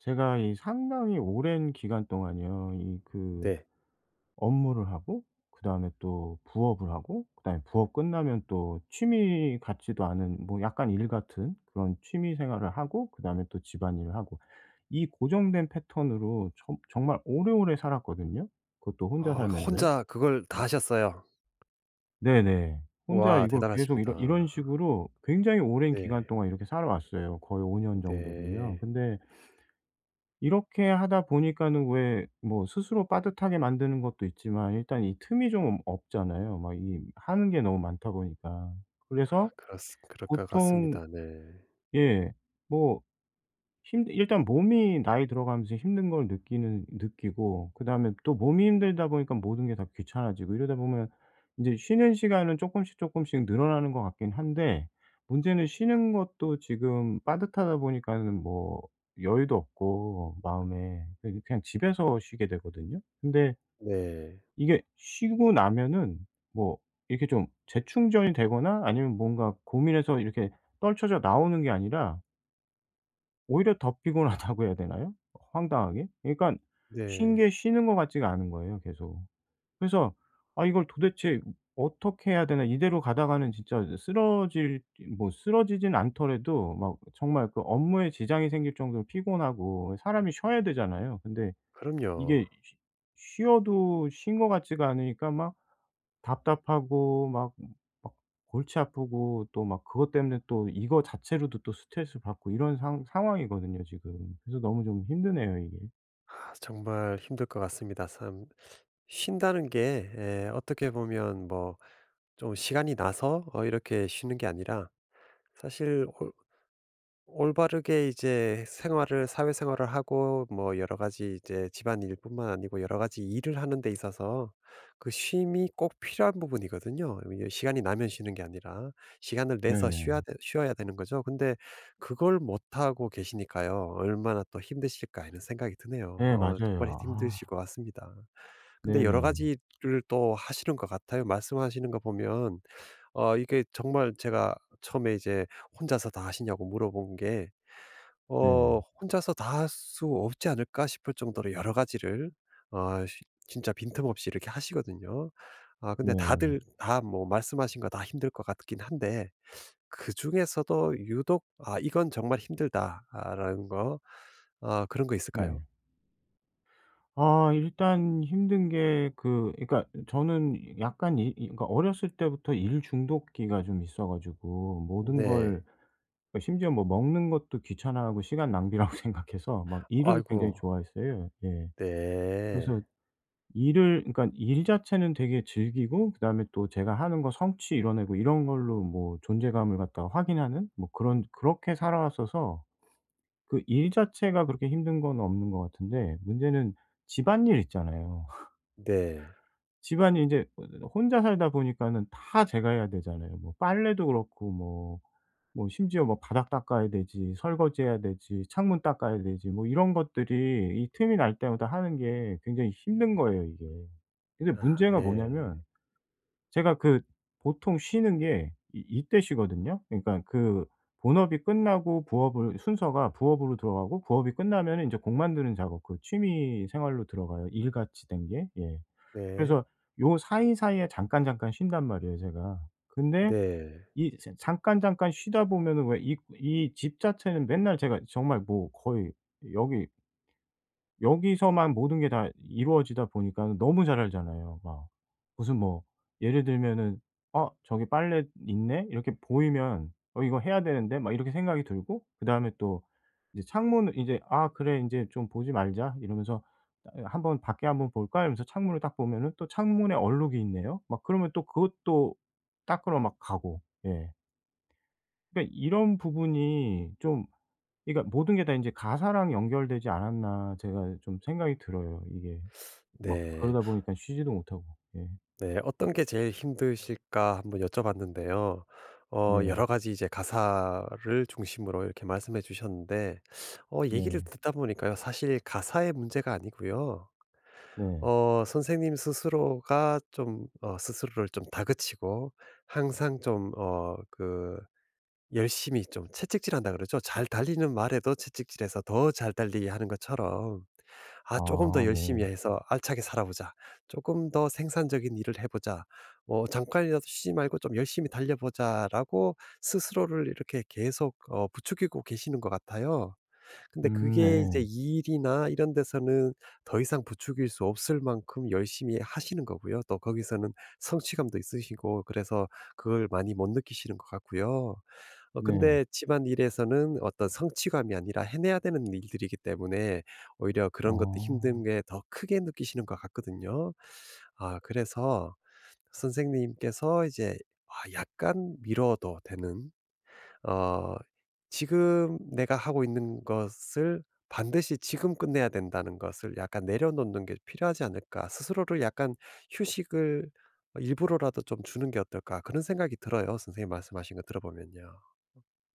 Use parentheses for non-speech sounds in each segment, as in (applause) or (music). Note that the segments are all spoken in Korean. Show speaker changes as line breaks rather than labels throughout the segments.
제가 이 상당히 오랜 기간 동안요. 이 그
네.
업무를 하고 그다음에 또 부업을 하고 그다음에 부업 끝나면 또 취미 같지도 않은 뭐 약간 일 같은 그런 취미 생활을 하고 그다음에 또 집안일을 하고 이 고정된 패턴으로 정 정말 오래오래 살았거든요. 그것도 혼자
아
살면서요.
혼자 그걸 다 하셨어요.
네네. 혼자
와
이걸 계속 이런
대단하십니다.
식으로 굉장히 오랜 기간
네.
동안 이렇게 살아왔어요. 거의 5년 정도를요.
네.
근데 이렇게 하다 보니까는 왜 뭐 스스로 빠듯하게 만드는 것도 있지만 일단 이 틈이 좀 없잖아요. 막 이 하는 게 너무 많다 보니까. 그래서
그렇 그럴 것
보통
같습니다. 네.
예. 뭐 힘 일단 몸이 나이 들어가면서 힘든 걸 느끼는 느끼고 그다음에 또 몸이 힘들다 보니까 모든 게 다 귀찮아지고 이러다 보면 인제 쉬는 시간은 쪼끔씩 쪼끔씩 늘어나는 것 같긴 한데 문제는 쉬는 것도 지금 빠듯하다 보니까는 뭐 여유도 없고 마음에 그래서 그냥 집에서 쉬게 되거든요. 근데
네.
이게 쉬고 나면은 뭐 이렇게 좀 재충전이 되거나 아니면 뭔가 고민에서 이렇게 떨쳐져 나오는 게 아니라 오히려 더 피곤하다고 해야 되나요? 황당하게? 그러니까 쉰
네.
게 쉬는 것 같지가 않은 거예요 계속. 그래서 '아 이걸 도대체 어떻게 해야 되나.' 이대로 가다가는 진짜 쓰러질 뭐 쓰러지진 않더라도 막 정말 그 업무에 지장이 생길 정도로 피곤하고 사람이 쉬어야 되잖아요. 근데
그럼요.
이게 쉬 쉬어도 쉰 것 같지가 않으니까 막 답답하고 막 막 골치 아프고 또 막 그것 때문에 또 이거 자체로도 또 스트레스 받고 이런 상 상황이거든요 지금. 그래서 너무 좀 힘드네요 이게.
아 정말 힘들 것 같습니다. 참 쉰다는 게 어떻게 보면 뭐 좀 시간이 나서 이렇게 쉬는 게 아니라 사실 올바르게 이제 생활을 사회생활을 하고 뭐 여러 가지 이제 집안일뿐만 아니고 여러 가지 일을 하는 데 있어서 그 쉼이 꼭 필요한 부분이거든요. 이게 시간이 나면 쉬는 게 아니라 시간을 내서
네네.
쉬어야 되는 거죠. 근데 그걸 못 하고 계시니까요. 얼마나 또 힘드실까 하는 생각이 드네요.
네
어, 정말
맞아요.
힘드실
아
것 같습니다. 근데 여러
네네.
가지를 또 하시는 것 같아요. 말씀하시는 거 보면 이게 정말 제가 처음에 이제 "혼자서 다 하시냐?"고 물어본 게
네.
'혼자서 다 할 수 없지 않을까?' 싶을 정도로 여러 가지를 어 시 진짜 빈틈없이 이렇게 하시거든요. 아 근데
네.
다들 다 뭐 말씀하신 거 다 힘들 것 같긴 한데 그중에서도 유독 '아 이건 정말 힘들다.' 아 라는 거 아 그런 거 있을까요?
네. 아 일단 힘든 게 그 그러니까 저는 약간 이 그러니까 어렸을 때부터 일 중독기가 좀 있어 가지고 모든
네.
걸 그 심지어 뭐 먹는 것도 귀찮아하고 시간 낭비라고 (laughs) 생각해서 막 일을 굉장히
아이고.
좋아했어요. 예. 그래서
네.
일을 그러니까 일 자체는 되게 즐기고 그다음에 또 제가 하는 거 성취 이뤄내고 이런 걸로 뭐 존재감을 갖다가 확인하는 뭐 그런 그렇게 살아왔어서 그 일 자체가 그렇게 힘든 건 없는 것 같은데 문제는 집안일 있잖아요. (laughs)
네.
집안일 이제 혼자 살다 보니까는 다 제가 해야 되잖아요. 뭐 빨래도 그렇고 뭐 뭐 심지어 뭐 바닥 닦아야 되지 설거지해야 되지 창문 닦아야 되지 뭐 이런 것들이 이 틈이 날 때마다 하는 게 굉장히 힘든 거예요 이게. 근데
아
문제가 네.
네.
뭐냐면 제가 그 보통 쉬는 게 이 이때 쉬거든요. 그러니까 그 본업이 끝나고 부업을 순서가 부업으로 들어가고 부업이 끝나면 이제 곡 만드는 작업 그 취미 생활로 들어가요 일같이 된 게. 예.
네.
그래서 요 사이사이에 잠깐 잠깐 쉰단 말이에요 제가. 근데
네.
이 잠깐 잠깐 쉬다 보면은 왜 이 이 집 자체는 맨날 제가 정말 뭐 거의 여기 여기서만 모든 게 다 이루어지다 보니까 너무 잘 알잖아요. 막 무슨 뭐 예를 들면은 '어 저기 빨래 있네.' 이렇게 보이면 '어 이거 해야 되는데.' 막 이렇게 생각이 들고 그다음에 또 이제 창문을 제 '아 그래 이제 좀 보지 말자.' 이러면서 '아 한번 밖에 한번 볼까?' 이러면서 창문을 딱 보면은 또 창문에 얼룩이 있네요. 막 그러면 또 그것도 닦으러 막 가고. 예. 그러니까 이런 부분이 좀 그러니까 모든 게 다 인제 가사랑 연결되지 않았나 제가 좀 생각이 들어요 이게. 막
네.
그러다 보니까 쉬지도 못하고. 예.
네. 어떤 게 제일 힘드실까 한번 여쭤봤는데요. 어
네.
여러 가지 이제 가사를 중심으로 이렇게 말씀해 주셨는데 어 얘기를
네.
듣다 보니까요. 사실 가사의 문제가 아니고요.
네.
어 선생님 스스로가 좀 스스로를 좀 다그치고 항상 좀 열심히 좀 채찍질한다 그러죠. 잘 달리는 말에도 채찍질해서 더 잘 달리게 하는 것처럼 '아 조금 더
아
열심히
네.
해서 알차게 살아보자. 조금 더 생산적인 일을 해 보자. 뭐 잠깐이라도 쉬지 말고 좀 열심히 달려 보자.'라고 스스로를 이렇게 계속 부추기고 계시는 것 같아요. 근데
네.
그게 이제 일이나 이런 데서는 더 이상 부추길 수 없을 만큼 열심히 하시는 거고요. 또 거기서는 성취감도 있으시고 그래서 그걸 많이 못 느끼시는 것 같고요. 어
네.
근데 집안일에서는 어떤 성취감이 아니라 해내야 되는 일들이기 때문에 오히려
아.
그런 것도 힘든 게 더 크게 느끼시는 것 같거든요. 아 그래서 선생님께서 이제 아 약간 미뤄도 되는 어 지금 내가 하고 있는 것을 반드시 지금 끝내야 된다는 것을 약간 내려놓는 게 필요하지 않을까. 스스로를 약간 휴식을 일부러라도 좀 주는 게 어떨까. 그런 생각이 들어요. 선생님 말씀하신 거 들어보면요.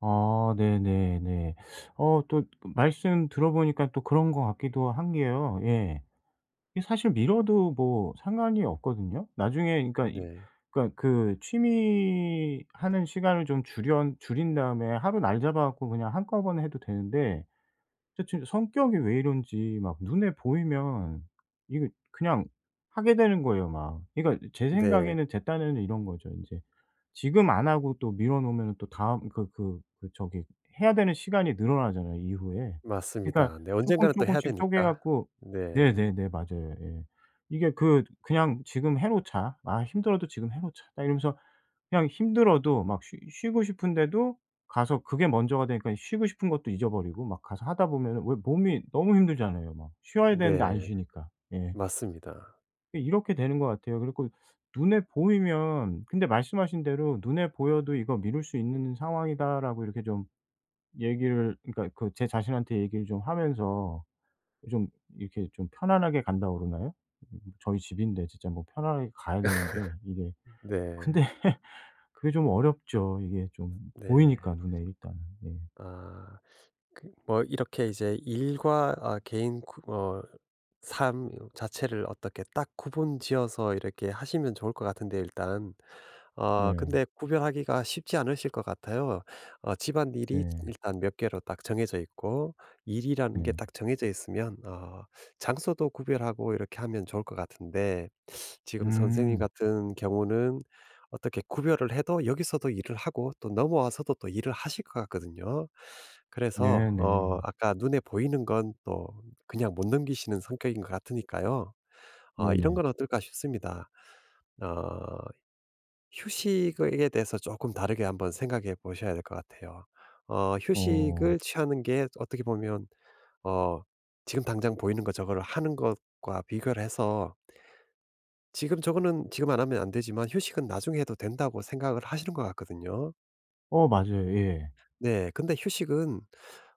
아 네네네. 어또 그 말씀 들어보니까 또 그런 것 같기도 한 게요. 예. 이게 사실 미뤄도 뭐 상관이 없거든요. 나중에 그러니까 이
네.
그러니까 그 취미 하는 시간을 좀 줄여 줄인 다음에 하루 날 잡아 갖고 그냥 한꺼번에 해도 되는데 저 진짜 성격이 왜 이런지 막 눈에 보이면 이거 그냥 하게 되는 거예요 막. 그러니까 제
네.
생각에는 제 딴에는 이런 거죠 인제. 지금 안 하고 또 미뤄 놓으면은 또 다음 그 그 그 저기 해야 되는 시간이 늘어나잖아요 이후에. 그러니까
맞습니다. 네.
쪼끔
언젠가는 또 해야
쪼끔씩 쪼개
되니까.
갖고
네.
네네네. 맞아요. 예. 이게 그 그냥 '지금 해 놓자. 아 힘들어도 지금 해 놓자.' 딱 이러면서 그냥 힘들어도 막 쉬 쉬고 싶은데도 가서 그게 먼저가 되니까 쉬고 싶은 것도 잊어버리고 막 가서 하다 보면은 왜 몸이 너무 힘들잖아요 막. 쉬어야 되는데 안
네.
쉬니까. 예.
맞습니다.
예, 이렇게 되는 것 같아요. 그리고 눈에 보이면 근데 말씀하신 대로 '눈에 보여도 이거 미룰 수 있는 상황이다.'라고 이렇게 좀 얘기를 그러니까 그 제 자신한테 얘기를 좀 하면서 좀 이렇게 좀 편안하게 간다고 그러나요? 저희 집인데 진짜 뭐 편안하게 가야 되는데 이게
네.
근데 (laughs) 그게 좀 어렵죠. 이게 좀 보이니까
네.
눈에 일단은. 예.
아. 그 뭐 이렇게 이제 일과 아 개인 구 어 삶 자체를 어떻게 딱 구분지어서 이렇게 하시면 좋을 것 같은데 일단. 어
네.
근데 구별하기가 쉽지 않으실 것 같아요. 어 집안일이
네.
일단 몇 개로 딱 정해져 있고 일이라는 게
네.
딱 정해져 있으면 장소도 구별하고 이렇게 하면 좋을 것 같은데 지금 선생님
음.
같은 경우는 어떻게 구별을 해도 여기서도 일을 하고 또 넘어와서도 또 일을 하실 것 같거든요. 그래서 어
네네.
아까 눈에 보이는 건 또 그냥 못 넘기시는 성격인 것 같으니까요. 어 이런
네네.
건 어떨까 싶습니다. 어 휴식에 대해서 조금 다르게 한번 생각해 보셔야 될 것 같아요. 어
어.
휴식을 취하는 게 어떻게 보면 어 지금 당장 보이는 거 저거를 하는 것과 비교를 해서 지금 저거는 지금 안 하면 안 되지만 휴식은 나중에 해도 된다고 생각을 하시는 것 같거든요.
어 맞아요. 예.
네. 근데 휴식은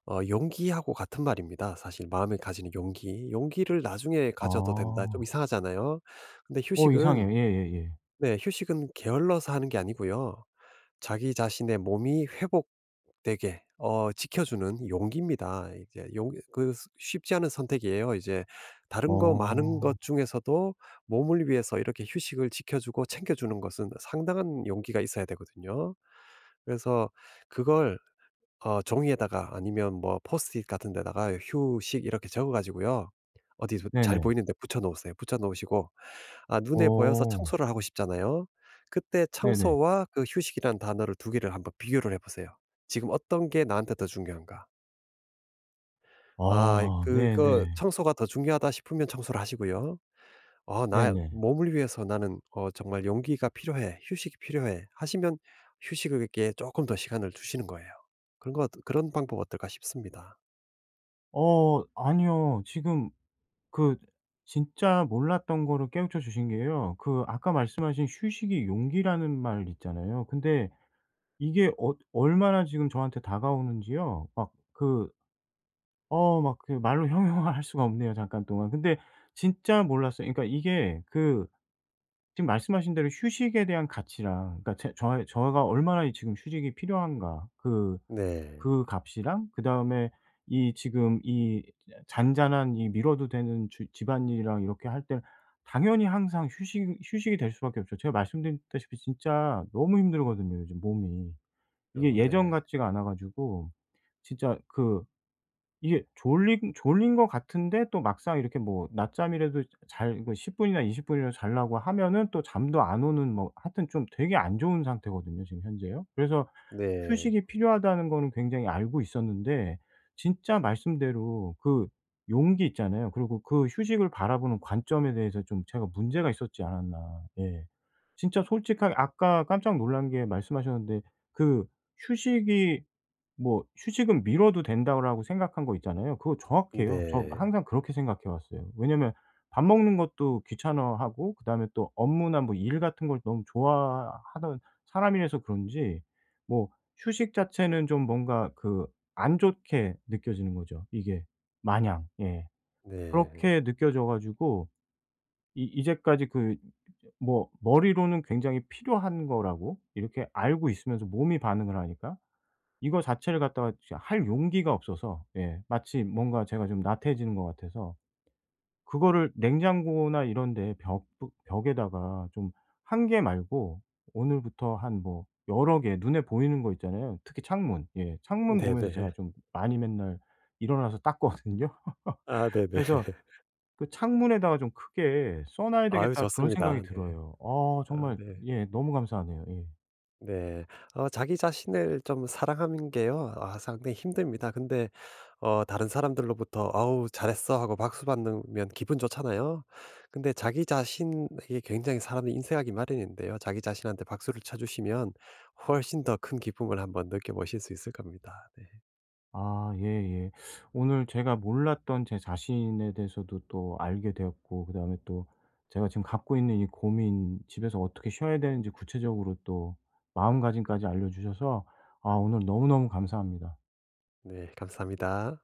용기하고 같은 말입니다. 사실 마음에 가지는 용기. 용기를 나중에 가져도 된다.
아.
좀 이상하잖아요. 근데
어 이상해요.
휴식은
예예예.
네. 휴식은 게을러서 하는 게 아니고요. 자기 자신의 몸이 회복되게 지켜주는 용기입니다. 이제 쉽지 않은 선택이에요. 이제 다른 거 많은
어.
것 중에서도 몸을 위해서 이렇게 휴식을 지켜주고 챙겨주는 것은 상당한 용기가 있어야 되거든요. 그래서 그걸 종이에다가 아니면 뭐 포스트잇 같은 데다가 "휴식." 이렇게 적어 가지고요. 어디 잘
네네.
보이는 데 붙여 놓으세요. 붙여 놓으시고 아 눈에 보여서
어.
청소를 하고 싶잖아요. 그때
네네.
청소와 그 휴식이라는 단어를 두 개를 한번 비교를 해 보세요. 지금 어떤 게 나한테 더 중요한가? 아
아
그거
네네.
청소가 더 중요하다 싶으면 청소를 하시고요. '어 나
네네.
몸을 위해서 나는 어 정말 용기가 필요해. 휴식이 필요해.' 하시면 휴식에게 조금 더 시간을 주시는 거예요. 그런 것 그런 방법 어떨까 싶습니다.
어 아니요. 지금 그 진짜 몰랐던 거를 깨우쳐 주신 게요. 그 아까 말씀하신 "휴식이 용기라는 말 있잖아요." 근데 이게 어 얼마나 지금 저한테 다가오는지요. 막 그 어 막 그 말로 (laughs) 형용할 수가 없네요 잠깐 동안. 근데 진짜 몰랐어요. 그러니까 이게 그 지금 말씀하신 대로 휴식에 대한 가치랑 그러니까 제저가 얼마나 이 지금 휴식이 필요한가 그
네.
그 값이랑 그다음에 이 지금 이 잔잔한 이 미뤄도 되는 주 집안일이랑 이렇게 할 때는 당연히 항상 휴식 휴식이 될 수밖에 없죠. 제가 말씀드렸다시피 진짜 너무 힘들거든요 요즘 몸이. 이게
어
예전
네.
같지가 않아 가지고 진짜 그 이게 졸린 것 같은데 또 막상 이렇게 뭐 낮잠이라도 잘 그 10 분이나 20 분이라도 자려고 하면은 또 잠도 안 오는 뭐 하여튼 좀 되게 안 좋은 상태거든요 지금 현재요. 그래서
네.
휴식이 필요하다는 거는 굉장히 알고 있었는데 진짜 말씀대로 그 용기 있잖아요. 그리고 그 휴식을 바라보는 관점에 대해서 좀 제가 문제가 있었지 않았나. 예. 진짜 솔직하게 아까 깜짝 놀란 게 말씀하셨는데 그 휴식이 뭐 휴식은 미뤄도 된다라고 생각한 거 있잖아요. 그거 정확해요. 저
네.
항상 그렇게 생각해 왔어요. 왜냐면 밥 먹는 것도 귀찮아하고 그다음에 또 업무나 뭐 일 같은 걸 너무 좋아하던 사람이라서 그런지 뭐 휴식 자체는 좀 뭔가 그 안 좋게 느껴지는 거죠 이게 마냥. 예.
네.
그렇게 느껴져 가지고 이 이제까지 그 뭐 머리로는 굉장히 필요한 거라고 이렇게 알고 있으면서 몸이 반응을 하니까 이거 자체를 갖다가 진짜 할 용기가 없어서 예 마치 뭔가 제가 좀 나태해지는 것 같아서 그거를 냉장고나 이런 데 벽 벽에다가 좀 한 개 말고 오늘부터 한 뭐 여러 개 눈에 보이는 거 있잖아요. 특히 창문. 예. 창문 보면서
네네.
제가 좀 많이 맨날 일어나서 닦거든요.
아
(laughs)
네네.
그래서
(laughs)
그 '창문에다가 좀 크게 써 놔야
아유
되겠다.' 그런 생각이
좋습니다. 네.
들어요. 아
아
정말
네.
예 너무 감사하네요. 예.
네. 어 자기 자신을 좀 사랑하는 게요. 아 상당히 힘듭니다. 근데 어 다른 사람들로부터 "아우 잘했어." 하고 박수 받으면 기분 좋잖아요. 근데 자기 자신에게 굉장히 사람이 인색하기 마련인데요. 자기 자신한테 박수를 쳐 주시면 훨씬 더 큰 기쁨을 한번 느껴보실 수 있을 겁니다. 네.
아 예예. 오늘 제가 몰랐던 제 자신에 대해서도 또 알게 되었고 그다음에 또 제가 지금 갖고 있는 이 고민 집에서 어떻게 쉬어야 되는지 구체적으로 또 마음가짐까지 알려 주셔서 아 오늘 너무너무 감사합니다.
네. 감사합니다.